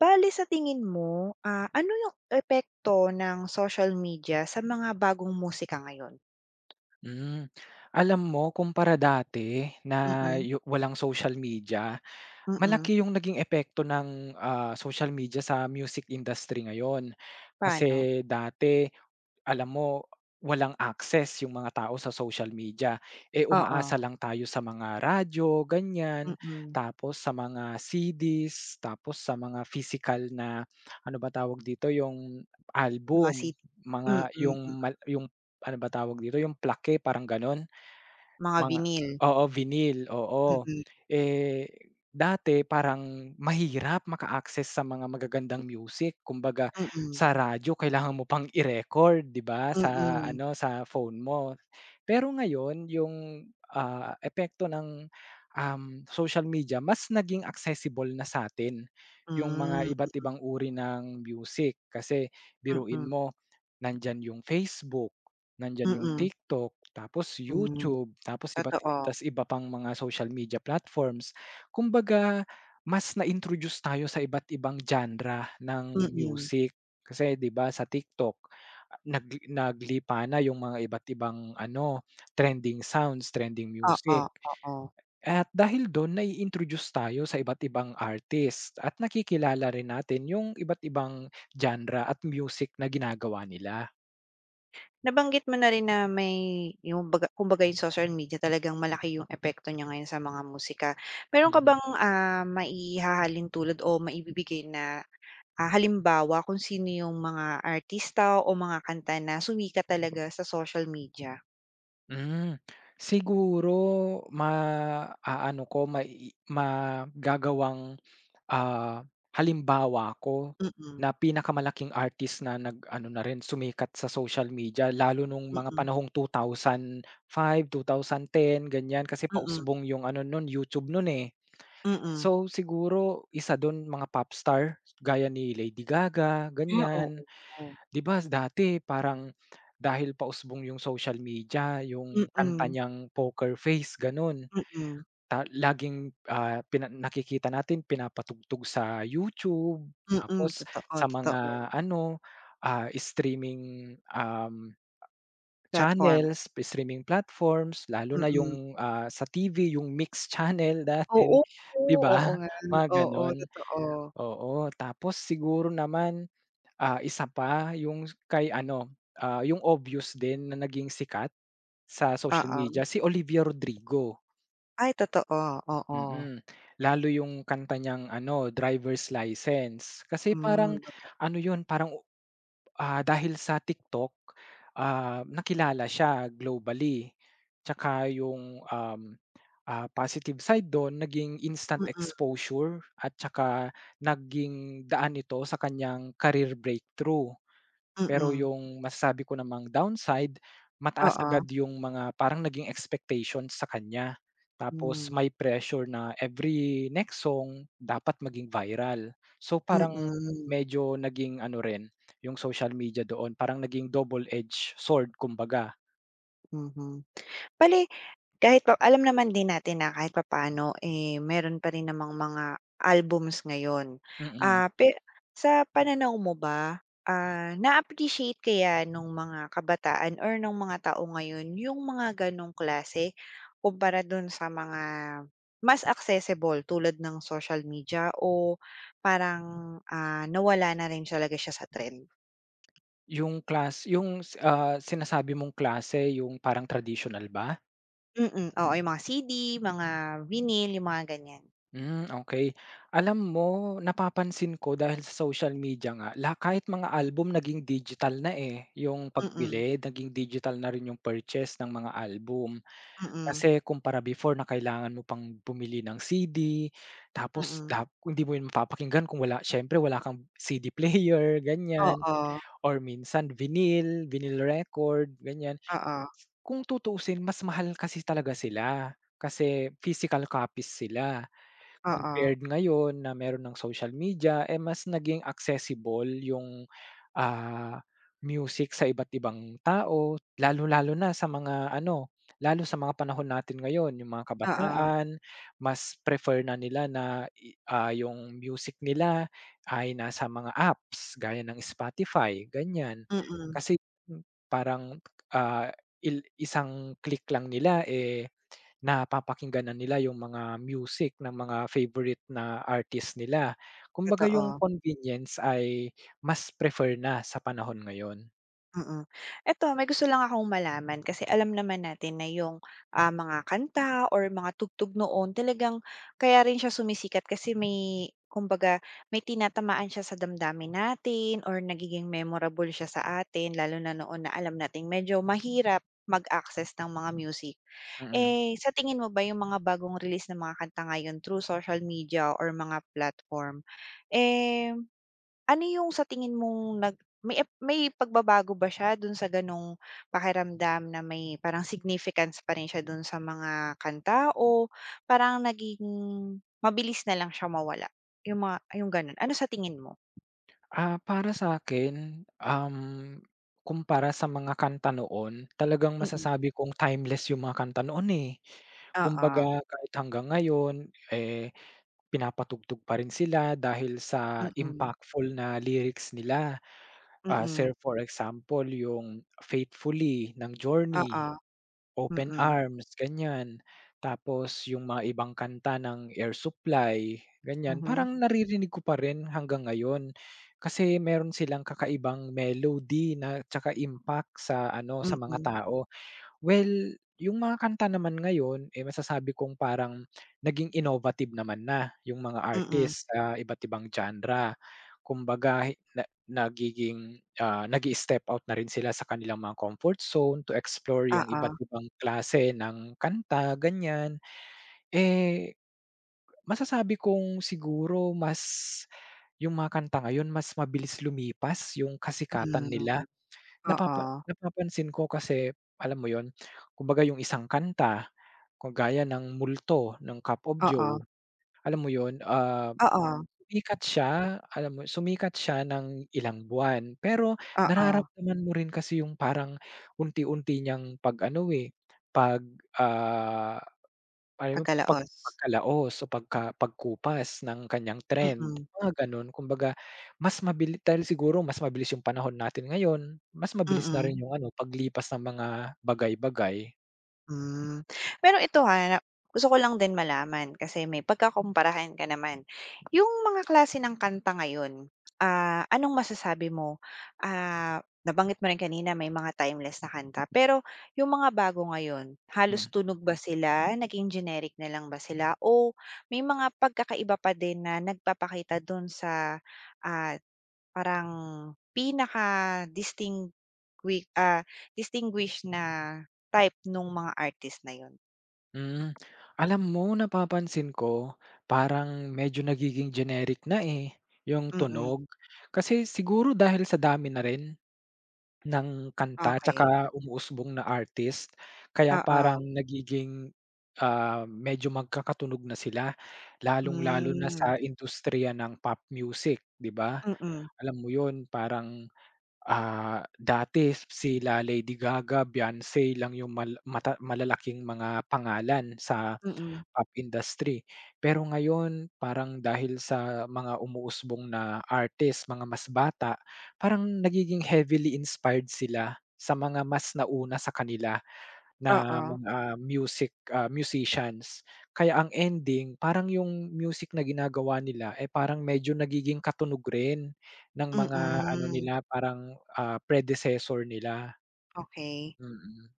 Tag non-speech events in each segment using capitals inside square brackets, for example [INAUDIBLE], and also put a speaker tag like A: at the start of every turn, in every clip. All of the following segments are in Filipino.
A: Bale sa tingin mo, ano yung epekto ng social media sa mga bagong musika ngayon?
B: Hmm. Alam mo, kumpara dati na
A: Mm,
B: walang social media,
A: mm.
B: malaki yung naging epekto ng, social media sa music industry ngayon.
A: Paano?
B: Kasi dati, alam mo, walang access yung mga tao sa social media, eh,
A: Oo,
B: umaasa lang tayo sa mga radyo, ganyan,
A: mm.
B: tapos sa mga CDs, tapos sa mga physical na, ano ba tawag dito, yung
A: Mga
B: album,
A: CD, mm,
B: mga yung
A: mm.
B: mal yung, ano ba tawag dito, yung plaque, parang gano'n.
A: Mga
B: Mga
A: vinyl,
B: oo, vinyl, oo.
A: mm,
B: Eh, dati parang mahirap maka-access sa mga magagandang music. Kumbaga
A: mm, mm.
B: sa radyo kailangan mo pang i-record, 'di ba, sa
A: Hmm,
B: ano, sa phone mo. Pero ngayon yung, epekto ng, social media mas naging accessible na sa'tin yung mga
A: mm,
B: iba't ibang uri ng music. Kasi biruin
A: mm,
B: mo, nandiyan yung Facebook, nandiyan yung
A: mm.
B: TikTok, tapos
A: Hmm.
B: YouTube, tapos
A: Totoo,
B: iba pang mga social media platforms. Kumbaga, mas na-introduce tayo sa iba't ibang genre ng
A: mm.
B: music. Kasi 'di ba sa TikTok, naglipa na yung mga iba't ibang ano, trending sounds, trending
A: Oo,
B: music.
A: oo.
B: At dahil dun nai-introduce tayo sa iba't ibang artist at nakikilala rin natin yung iba't ibang genre at music na ginagawa nila.
A: Nabanggit mo na rin na may yung baga kumbaga yung social media talagang malaki yung epekto niya ngayon sa mga musika. Meron ka bang, maihahalin tulad o maibibigay na, halimbawa kung sino yung mga artista o mga kanta na sumikat talaga sa social media?
B: Hmm, siguro maaano ko, magagawang, ah, halimbawa ko
A: Mm,
B: na pinakamalaking artist na nag-ano na rin sumikat sa social media lalo nung mga
A: mm,
B: panahong 2005, 2010 ganyan kasi
A: mm,
B: pausbong yung ano nun YouTube nun, eh.
A: mm.
B: So, siguro isa dun mga pop star gaya ni Lady Gaga,
A: Ah,
B: ganyan.
A: oo.
B: 'Di ba dati parang dahil pausbong yung social media, yung kanta
A: Mm,
B: niyang Poker Face gano'n,
A: mm,
B: laging, nakikita natin, pinapatugtog sa YouTube,
A: mm,
B: tapos
A: totoo,
B: sa
A: totoo.
B: mga ano, streaming,
A: Platform,
B: channels, streaming platforms, lalo na yung,
A: mm.
B: sa TV yung mixed [LAUGHS] channel dati,
A: Oo,
B: 'di
A: oo
B: ba?
A: oo nga,
B: Mga
A: oo,
B: gano'n,
A: totoo,
B: oo. Tapos siguro naman, isa pa yung kay ano, yung obvious din na naging sikat sa social
A: oo.
B: media si Olivia Rodrigo.
A: Ay totoo, oo.
B: Mm. Lalo yung kanta niyang ano, Driver's License. Kasi parang
A: Hmm,
B: ano yun, parang, dahil sa TikTok, nakilala siya globally. Tsaka yung, positive side don naging instant
A: mm,
B: exposure at tsaka naging daan ito sa kanyang career breakthrough. Pero
A: mm.
B: yung masasabi ko namang downside, mataas
A: Oo.
B: agad yung mga parang naging expectations sa kanya. Tapos
A: Hmm,
B: may pressure na every next song dapat maging viral. So parang
A: mm,
B: medyo naging ano rin, yung social media doon parang naging double-edged sword kumbaga.
A: mhm. Bale kahit pa alam naman din natin na kahit papaano, eh, meron pa rin namang mga albums ngayon.
B: Mm.
A: Ah, pe sa pananaw mo ba, na-appreciate kaya nung mga kabataan or nung mga tao ngayon yung mga ganong klase kumpara dun sa mga mas accessible tulad ng social media o parang, nawala na rin talaga siya sa trend?
B: Yung class yung, sinasabi mong klase yung parang traditional ba?
A: Mm, oo, yung mga CD, mga vinyl, yung mga ganyan.
B: Hmm, okay. Alam mo, napapansin ko, dahil sa social media nga, kahit mga album naging digital na, eh, yung
A: Mm,
B: pagbili, naging digital na rin yung purchase ng mga album.
A: mm, mm.
B: Kasi kumpara before na kailangan mo pang bumili ng CD, tapos
A: Mm.
B: hindi mo yun mapapakinggan kung wala, siyempre wala kang CD [LAUGHS] player, ganyan,
A: Oo,
B: or minsan vinyl, vinyl record, ganyan.
A: oo,
B: Kung tutuusin, mas mahal kasi talaga sila, kasi physical copies sila.
A: oo,
B: Compared ngayon na meron ng social media, eh, mas naging accessible yung, ah, music sa iba't ibang tao, lalo lalo na sa mga ano, lalo sa mga panahon natin ngayon, yung mga
A: oo,
B: kabataan, mas prefer na nila na yung music nila ay nasa mga apps gaya ng Spotify, ganyan.
A: mm,
B: Kasi parang, ah, isang click lang nila, eh, napapakinggan na nila yung mga music ng mga favorite na artist nila. Kumbaga yung
A: totoo,
B: convenience ay mas prefer na sa panahon ngayon.
A: mm. Eto may gusto lang akong malaman kasi alam naman natin na yung, mga kanta or mga tugtog noon talagang kaya rin siya sumisikat kasi may kumbaga may tinatamaan siya sa damdamin natin or nagiging memorable siya sa atin lalo na noon na alam nating medyo mahirap mag-access ng mga music.
B: Mm.
A: Eh, sa tingin mo ba yung mga bagong release ng mga kanta ngayon through social media or mga platform, eh, ano yung sa tingin mong nag may ep may pagbabago ba siya dun sa ganong pakiramdam na may parang significance pa rin siya dun sa mga kanta o parang naging mabilis na lang siya mawala, yung ganun. Ano sa tingin mo?
B: Para sa'kin, kumpara sa mga kanta noon, talagang
A: Mm,
B: masasabi kong timeless yung mga kanta noon, eh.
A: oo.
B: Kumbaga kahit hanggang ngayon, eh, pinapatugtog pa rin sila dahil sa
A: Mm,
B: impactful na lyrics nila. Sir,
A: mm,
B: for example yung "Faithfully" ng Journey,
A: oo,
B: "Open
A: mm,
B: Arms", ganyan. Tapos yung mga ibang kanta ng Air Supply, ganyan.
A: mhm,
B: Parang naririnig ko pa rin hanggang ngayon. Kasi meron silang kakaibang melody na tsaka impact sa ano, sa mga
A: mm,
B: tao. Well, yung mga kanta naman ngayon, eh, masasabi kong parang naging innovative naman na yung mga
A: mm,
B: artist sa iba't ibang genre. Kumbaga na nagiging, nag-i-step out na rin sila sa kanilang mga comfort zone to explore yung
A: oo,
B: iba't ibang klase ng kanta, ganyan. Eh, masasabi kong siguro, mas yung mga kanta ngayon mas mabilis lumipas yung kasikatan
A: mm.
B: nila. Napapa
A: Oo,
B: napapansin ko kasi, alam mo 'yun, kumbaga yung isang kanta kung gaya ng Multo ng Cup of
A: oo,
B: Joe, alam mo yon,
A: oo,
B: sikat siya, alam mo sumikat siya ng ilang buwan, pero
A: oo,
B: nararamdaman mo rin kasi yung parang unti-unti niyang 'pag ano, eh, pag, ah alam mo, pag
A: pagkalaos.
B: pagkalaos o pagkupas ng kaniyang trend,
A: Mm,
B: mga gano'n. Kumbaga, mas mabili dahil siguro mas mabilis yung panahon natin ngayon, mas mabilis na
A: mm,
B: rin yung ano, paglipas ng mga bagay-bagay.
A: hmm. Pero ito, ha, na gusto ko lang din malaman kasi may pagkakumparahan ka naman. Yung mga klase ng kanta ngayon, anong masasabi mo? Ah, nabanggit mo rin kanina may mga timeless na kanta, pero yung mga bago ngayon,
B: Mm.
A: halos tunog ba sila, naging generic na lang ba sila o may mga pagkakaiba pa din na nagpapakita dun sa, ah Parang pinaka distingui ah, distinguish na type nung mga artist na yun.
B: Hmm, alam mo, napapansin ko, parang medyo nagiging generic na, eh, yung
A: Mm,
B: tunog. Kasi siguro dahil sa dami na rin ng kanta
A: okey.
B: tsaka umuusbong na artist. Kaya parang
A: Oo,
B: nagiging, medyo magkakatunog na sila, lalong-lalo na
A: hmm,
B: sa industriya ng pop music, 'di ba?
A: mm,
B: Alam mo 'yun, parang, dati sila Lady Gaga, Beyonce lang yung malalaking mga pangalan sa
A: mm,
B: pop industry. Pero ngayon parang dahil sa mga umuusbong na artist, mga mas bata, parang nagiging heavily inspired sila sa mga mas nauna sa kanila na
A: oo,
B: mga music, musicians. Kaya ang ending parang yung music na ginagawa nila, eh, parang medyo nagiging katunog rin ng mga ano
A: mm,
B: nila, parang, predecessor nila.
A: okey.
B: Mm,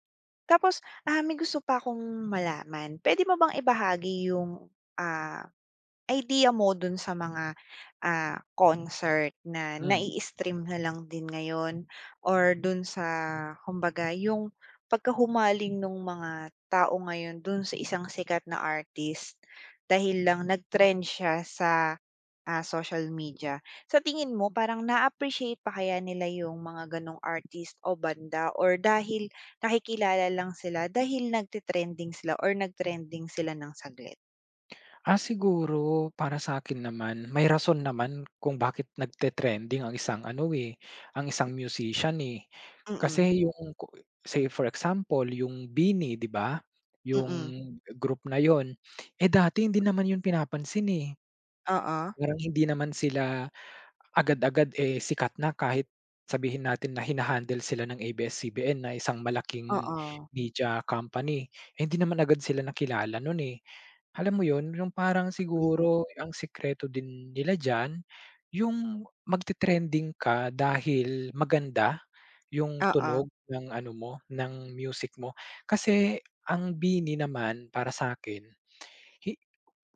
A: Tapos, may gusto pa akong malaman. Puwede mo bang ibahagi yung, ah Idea mo dun sa mga, concert na
B: hmm.
A: nai-stream na lang din ngayon or dun sa kumbaga yung pagkahumaling nung mga tao ngayon dun sa isang sikat na artist dahil lang nag-trend siya sa, social media. Sa tingin mo parang na-appreciate pa kaya nila yung mga ganong artist o banda or dahil nakikilala lang sila dahil nagte sila or nag sila ng saglit?
B: Siguro para sa akin naman may rason naman kung bakit nagte-trending ang isang ano, eh, ang isang musician, eh.
A: Mm,
B: Kasi yung say for example yung BINI, 'di ba, yung
A: mm,
B: group na yon, eh, dati hindi naman yun pinapansin, eh.
A: oo.
B: Parang hindi naman sila agad-agad, eh, sikat na kahit sabihin natin na hinahandle sila ng ABS-CBN na isang malaking
A: Oo,
B: media company, eh, hindi naman agad sila nakilala nun, eh. Alam mo yun, yung parang
A: hmm,
B: siguro ang sikreto din nila diyan, yung magte-trending ka dahil maganda yung
A: oo,
B: tunog ng ano mo, ng music mo. Kasi ang BINI naman para sa'kin, hi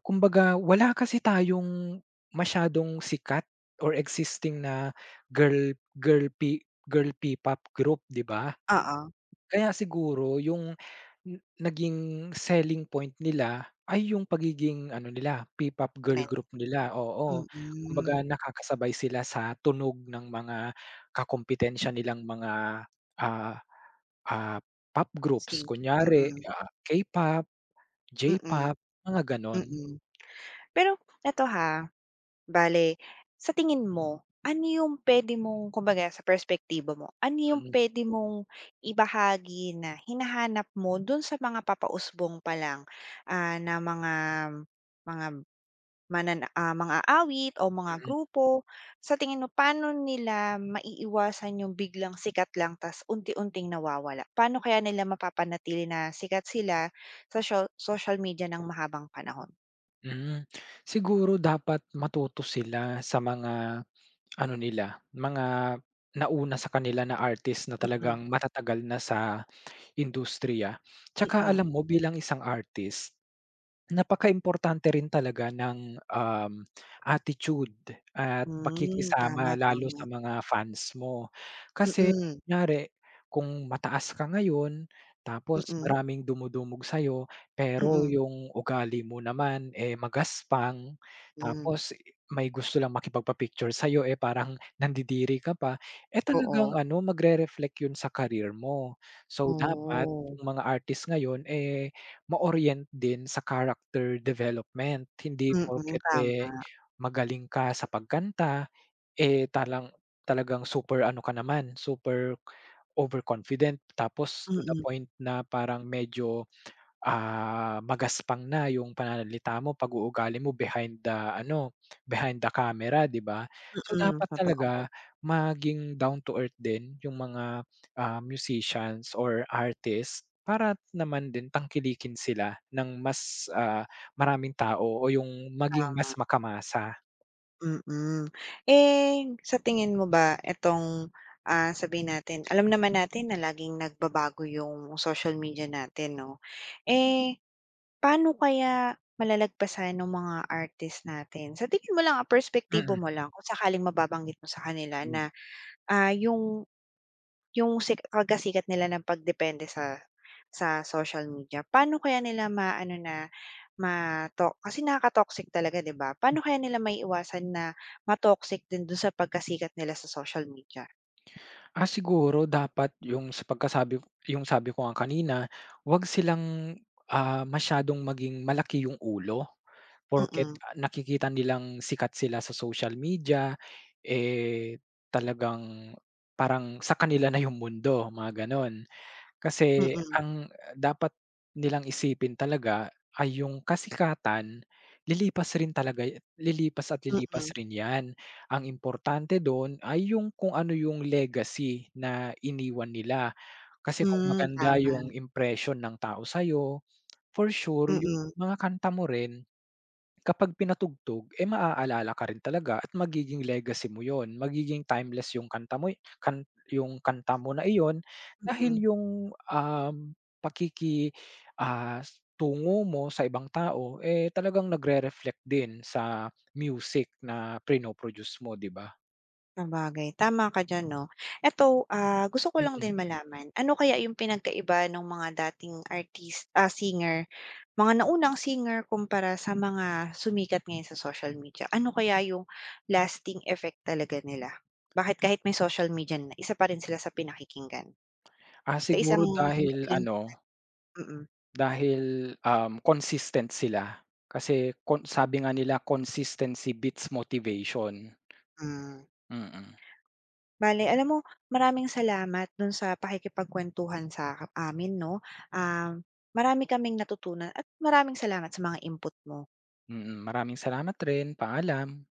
B: kumbaga wala kasi tayong masyadong sikat or existing na girl girl P girl P-pop group, 'di ba?
A: oo,
B: Kaya siguro yung naging selling point nila ay yung pagiging ano nila, P-pop girl
A: trend,
B: group nila, oo. Kumbaga
A: mm.
B: nakakasabay sila sa tunog ng mga kakumpitensya nilang mga, ah, ah, pop groups.
A: Sige,
B: Kunyari,
A: mm,
B: K-pop,
A: mm,
B: J-pop, mga gano'n.
A: mm. Pero eto ha, bale sa tingin mo, ano yung puwede mong kumbaga sa perspektibo mo, ano yung
B: Mm,
A: puwede mong ibahagi na hinahanap mo dun sa mga papausbong pa lang, na mga mang-aawit o mga
B: mm.
A: grupo, sa tingin mo paano nila maiiwasan yung biglang sikat lang tas unti-unting nawawala? Paano kaya nila mapapanatili na sikat sila sa social media ng mahabang panahon?
B: Hmm, siguro dapat matuto sila sa mga ano nila, mga nauna sa kanila na artist na
A: Mm,
B: talagang matatagal na sa industriya. Tsaka
A: mm.
B: alam mo, bilang isang artist, napakaimportante rin talaga ng, attitude at
A: Hmm, tama,
B: pakikisama lalo sa
A: tama.
B: mga fans mo. Kasi
A: Mm,
B: kunyari kung mataas ka ngayon tapos
A: mm,
B: maraming dumudumog sa'yo, pero
A: mm,
B: yung ugali mo naman, eh, magaspang,
A: hmm.
B: tapos may gusto lang makipagpa-picture sa'yo, eh, parang nandidiri ka pa, eh, talagang
A: Oo,
B: ano magre-reflect yun sa career mo. So dapat
A: oh.
B: yung mga artist ngayon, eh, ma-orient din sa character development. Hindi
A: Mm,
B: porket, eh,
A: tama.
B: magaling ka sa pagkanta, eh, talagang super ano ka naman, super overconfident, tapos to the
A: Mm,
B: point na parang medyo, magaspang na yung pananalita mo, pag-uugali mo behind the ano, behind the camera, 'di ba? So,
A: mm,
B: dapat
A: totoo,
B: talaga maging down to earth din yung mga, musicians or artists para naman din tangkilikin sila ng mas, maraming tao o yung maging mas
A: tama.
B: makamasa.
A: Mm. Eh, sa tingin mo ba itong, sabihin natin alam naman natin na laging nagbabago yung social media natin 'no. Eh, paano kaya malalagpasan ng mga artist natin? Sa tingin mo lang, perspektibo
B: Mm,
A: mo lang kung sakaling mababanggit mo sa kanila
B: mm.
A: na, yung kagasikat nila ng pagdepende sa sa social media, paano kaya nila maano na kasi nakaka-toxic talaga 'di ba? Paano kaya nila maiiwasan na ma-toxic din dun sa pagkasikat nila sa social media?
B: Siguro dapat yung sa pagkasabi, yung sabi ko nga kanina, 'wag silang, masyadong maging malaki yung ulo. Porket,
A: Mm,
B: nakikita nilang sikat sila sa social media, eh, talagang parang sa kanila na yung mundo, mga gano'n.
A: mm,
B: Kasi
A: mm,
B: ang dapat nilang isipin talaga ay yung kasikatan lilipas rin talaga, lilipas at lilipas
A: mm.
B: rin 'yan. Ang importante do'n ay yung kung ano yung legacy na iniwan nila. Kasi kung
A: Hmm,
B: maganda
A: tama.
B: yung impression ng tao sa'yo, for sure yung
A: Mm,
B: mga kanta mo rin kapag pinatugtog, eh, maaalala ka rin talaga at magiging legacy mo yon, magiging timeless yung kanta mo, kan yung kanta mo na iyon dahil
A: mm.
B: yung, um, pakiki, ah, tungo mo sa ibang tao, eh, talagang nagre-reflect din sa music na prino-produce mo, 'di ba?
A: Sabagay, tama ka diyan 'no. Eto, gusto ko lang
B: Mm.
A: din malaman, ano kaya yung pinagkaiba ng mga dating artist, singer, mga naunang singer kumpara sa mga sumikat ngayon sa social media? Ano kaya yung lasting effect talaga nila? Bakit kahit may social media na, isa pa rin sila sa pinakikinggan?
B: Ah,
A: Sa isang
B: siguro dahil
A: maikling,
B: ano,
A: mm,
B: dahil, consistent sila. Kasi kon sabi nga nila, "Consistency beats motivation."
A: hmm.
B: Mm. Mm.
A: Bale, alam mo, maraming salamat dun sa pakikipagkwentuhan sa amin 'no. Um, marami kaming natutunan at maraming salamat sa mga input mo.
B: Mm, maraming salamat rin. Paalam.